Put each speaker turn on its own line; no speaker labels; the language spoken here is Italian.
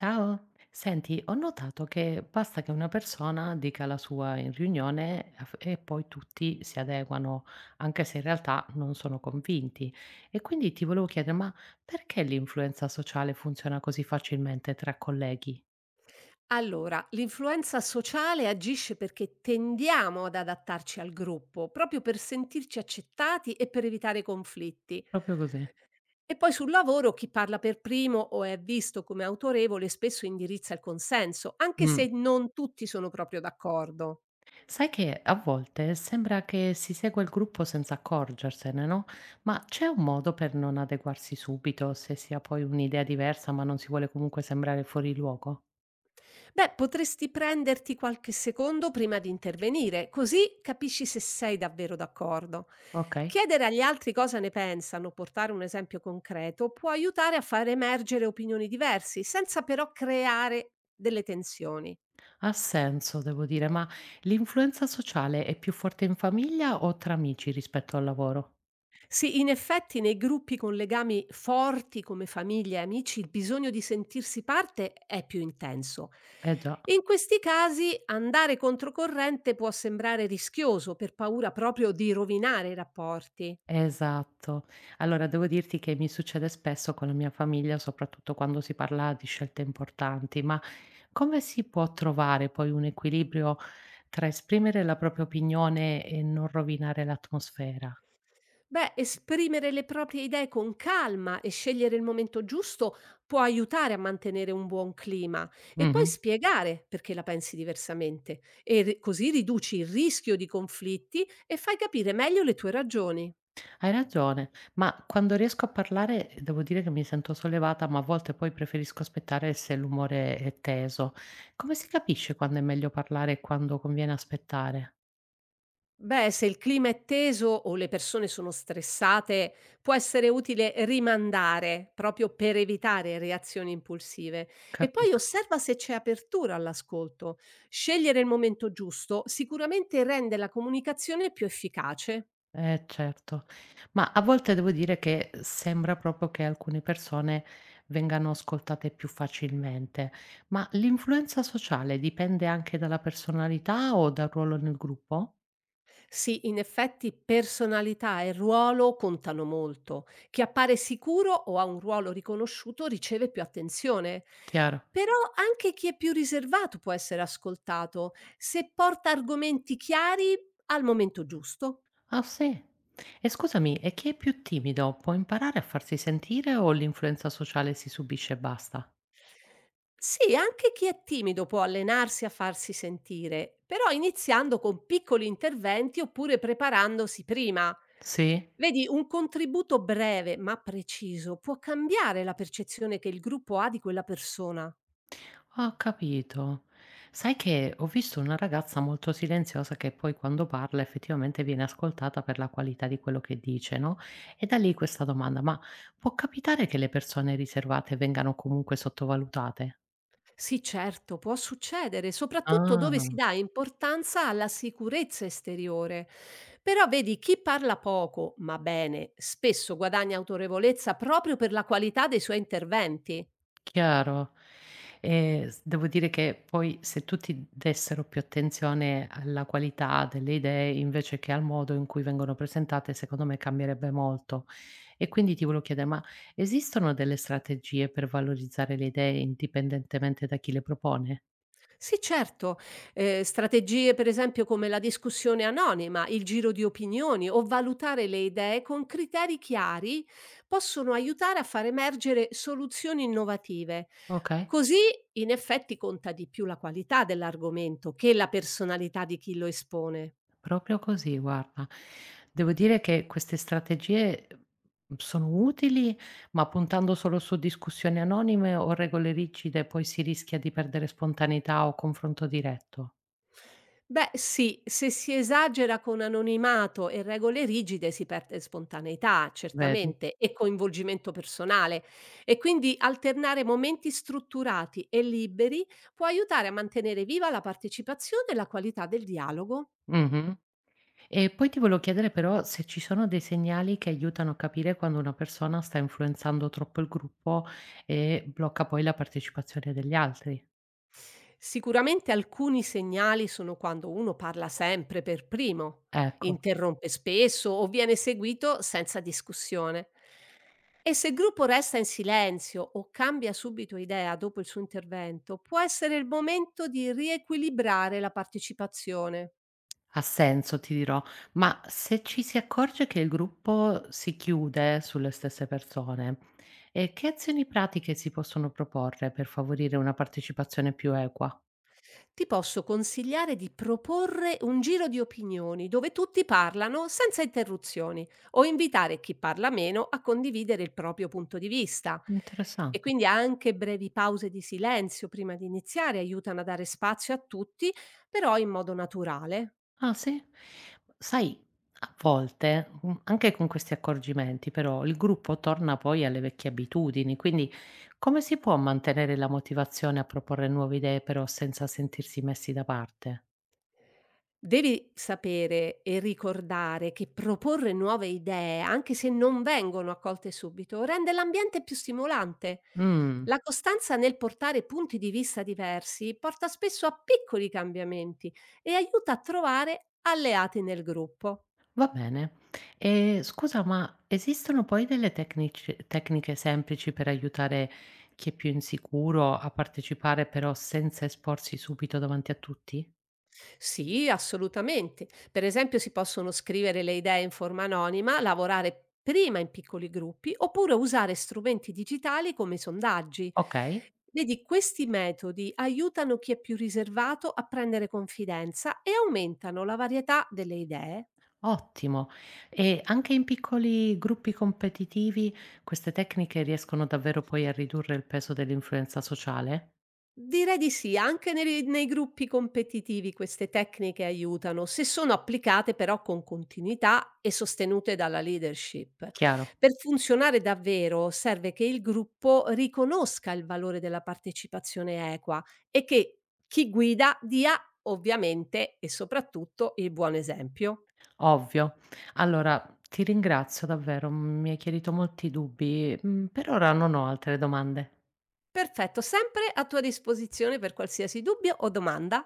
Ciao, senti, ho notato che basta che una persona dica la sua in riunione e poi tutti si adeguano, anche se in realtà non sono convinti. E quindi ti volevo chiedere, ma perché l'influenza sociale funziona così facilmente tra colleghi?
Allora, l'influenza sociale agisce perché tendiamo ad adattarci al gruppo, proprio per sentirci accettati e per evitare conflitti.
Proprio così.
E poi sul lavoro chi parla per primo o è visto come autorevole spesso indirizza il consenso, anche
Mm.
se non tutti sono proprio d'accordo.
Sai che a volte sembra che si segua il gruppo senza accorgersene, no? Ma c'è un modo per non adeguarsi subito se si ha poi un'idea diversa, ma non si vuole comunque sembrare fuori luogo?
Beh, potresti prenderti qualche secondo prima di intervenire, così capisci se sei davvero d'accordo.
Ok?
Chiedere agli altri cosa ne pensano, portare un esempio concreto, può aiutare a far emergere opinioni diverse, senza però creare delle tensioni.
Ha senso, devo dire, ma l'influenza sociale è più forte in famiglia o tra amici rispetto al lavoro?
Sì, in effetti nei gruppi con legami forti come famiglia e amici il bisogno di sentirsi parte è più intenso.
Eh già,
In questi casi andare controcorrente può sembrare rischioso per paura proprio di rovinare i rapporti.
esatto. Allora, devo dirti che mi succede spesso con la mia famiglia, soprattutto quando si parla di scelte importanti, ma come si può trovare poi un equilibrio tra esprimere la propria opinione e non rovinare l'atmosfera?
Beh, esprimere le proprie idee con calma e scegliere il momento giusto può aiutare a mantenere un buon clima e poi
Mhm.
spiegare perché la pensi diversamente e così riduci il rischio di conflitti e fai capire meglio le tue ragioni.
Hai ragione, ma quando riesco a parlare devo dire che mi sento sollevata, ma a volte poi preferisco aspettare se l'umore è teso. Come si capisce quando è meglio parlare e quando conviene aspettare?
Beh, se il clima è teso o le persone sono stressate, può essere utile rimandare proprio per evitare reazioni impulsive. E poi
Capisco.
osserva se c'è apertura all'ascolto. Scegliere il momento giusto sicuramente rende la comunicazione più efficace.
Eh certo, ma a volte devo dire che sembra proprio che alcune persone vengano ascoltate più facilmente, ma l'influenza sociale dipende anche dalla personalità o dal ruolo nel gruppo?
Sì, in effetti personalità e ruolo contano molto. Chi appare sicuro o ha un ruolo riconosciuto riceve più attenzione.
Chiaro.
Però anche chi è più riservato può essere ascoltato se porta argomenti chiari al momento giusto.
Ah sì? E scusami, e chi è più timido può imparare a farsi sentire o l'influenza sociale si subisce e basta?
Sì, anche chi è timido può allenarsi a farsi sentire, però iniziando con piccoli interventi oppure preparandosi prima.
Sì?
Vedi, un contributo breve ma preciso può cambiare la percezione che il gruppo ha di quella persona.
Ho capito. Sai che ho visto una ragazza molto silenziosa che poi quando parla effettivamente viene ascoltata per la qualità di quello che dice, no? E da lì questa domanda, ma può capitare che le persone riservate vengano comunque sottovalutate?
Sì, certo, può succedere, soprattutto dove si
Ah.
dà importanza alla sicurezza esteriore. Però vedi, chi parla poco, ma bene, spesso guadagna autorevolezza proprio per la qualità dei suoi interventi.
Chiaro. S devo dire che poi se tutti dessero più attenzione alla qualità delle idee invece che al modo in cui vengono presentate, secondo me cambierebbe molto. E quindi ti volevo chiedere, ma esistono delle strategie per valorizzare le idee indipendentemente da chi le propone?
Sì, certo. Strategie per esempio come la discussione anonima, il giro di opinioni o valutare le idee con criteri chiari possono aiutare a far emergere soluzioni innovative.
Okay.
Così in effetti conta di più la qualità dell'argomento che la personalità di chi lo espone.
Proprio così, guarda. Devo dire che queste strategie, sono utili, ma puntando solo su discussioni anonime o regole rigide poi si rischia di perdere spontaneità o confronto diretto,
Beh, sì, se si esagera con anonimato e regole rigide si perde spontaneità,
vedi?
certamente, e coinvolgimento personale. E quindi alternare momenti strutturati e liberi può aiutare a mantenere viva la partecipazione e la qualità del dialogo.
Mh-mh. E poi ti volevo chiedere però se ci sono dei segnali che aiutano a capire quando una persona sta influenzando troppo il gruppo e blocca poi la partecipazione degli altri.
Sicuramente alcuni segnali sono quando uno parla sempre per primo,
Ecco.
interrompe spesso o viene seguito senza discussione. E se il gruppo resta in silenzio o cambia subito idea dopo il suo intervento, può essere il momento di riequilibrare la partecipazione.
Ha senso, ti dirò. Ma se ci si accorge che il gruppo si chiude sulle stesse persone, che azioni pratiche si possono proporre per favorire una partecipazione più equa?
Ti posso consigliare di proporre un giro di opinioni dove tutti parlano senza interruzioni o invitare chi parla meno a condividere il proprio punto di vista. E
Interessante.
quindi anche brevi pause di silenzio prima di iniziare aiutano a dare spazio a tutti, però in modo naturale.
Ah sì? Sai, a volte, anche con questi accorgimenti però, il gruppo torna poi alle vecchie abitudini, quindi come si può mantenere la motivazione a proporre nuove idee però senza sentirsi messi da parte?
Devi sapere e ricordare che proporre nuove idee, anche se non vengono accolte subito, rende l'ambiente più stimolante.
Mh.
La costanza nel portare punti di vista diversi porta spesso a piccoli cambiamenti e aiuta a trovare alleati nel gruppo.
Va bene. E scusa, ma esistono poi delle tecniche semplici per aiutare chi è più insicuro a partecipare, però senza esporsi subito davanti a tutti?
Sì, assolutamente. Per esempio, si possono scrivere le idee in forma anonima, lavorare prima in piccoli gruppi oppure usare strumenti digitali come i sondaggi.
Ok,
Vedi, questi metodi aiutano chi è più riservato a prendere confidenza e aumentano la varietà delle idee.
ottimo. E anche in piccoli gruppi competitivi queste tecniche riescono davvero poi a ridurre il peso dell'influenza sociale?
Direi di sì, anche nei gruppi competitivi queste tecniche aiutano, se sono applicate però con continuità e sostenute dalla leadership.
Chiaro,
Per funzionare davvero serve che il gruppo riconosca il valore della partecipazione equa e che chi guida dia ovviamente e soprattutto il buon esempio.
ovvio. Allora, ti ringrazio davvero, mi hai chiarito molti dubbi. Mm, per ora non ho altre domande.
Perfetto, sempre a tua disposizione per qualsiasi dubbio o domanda.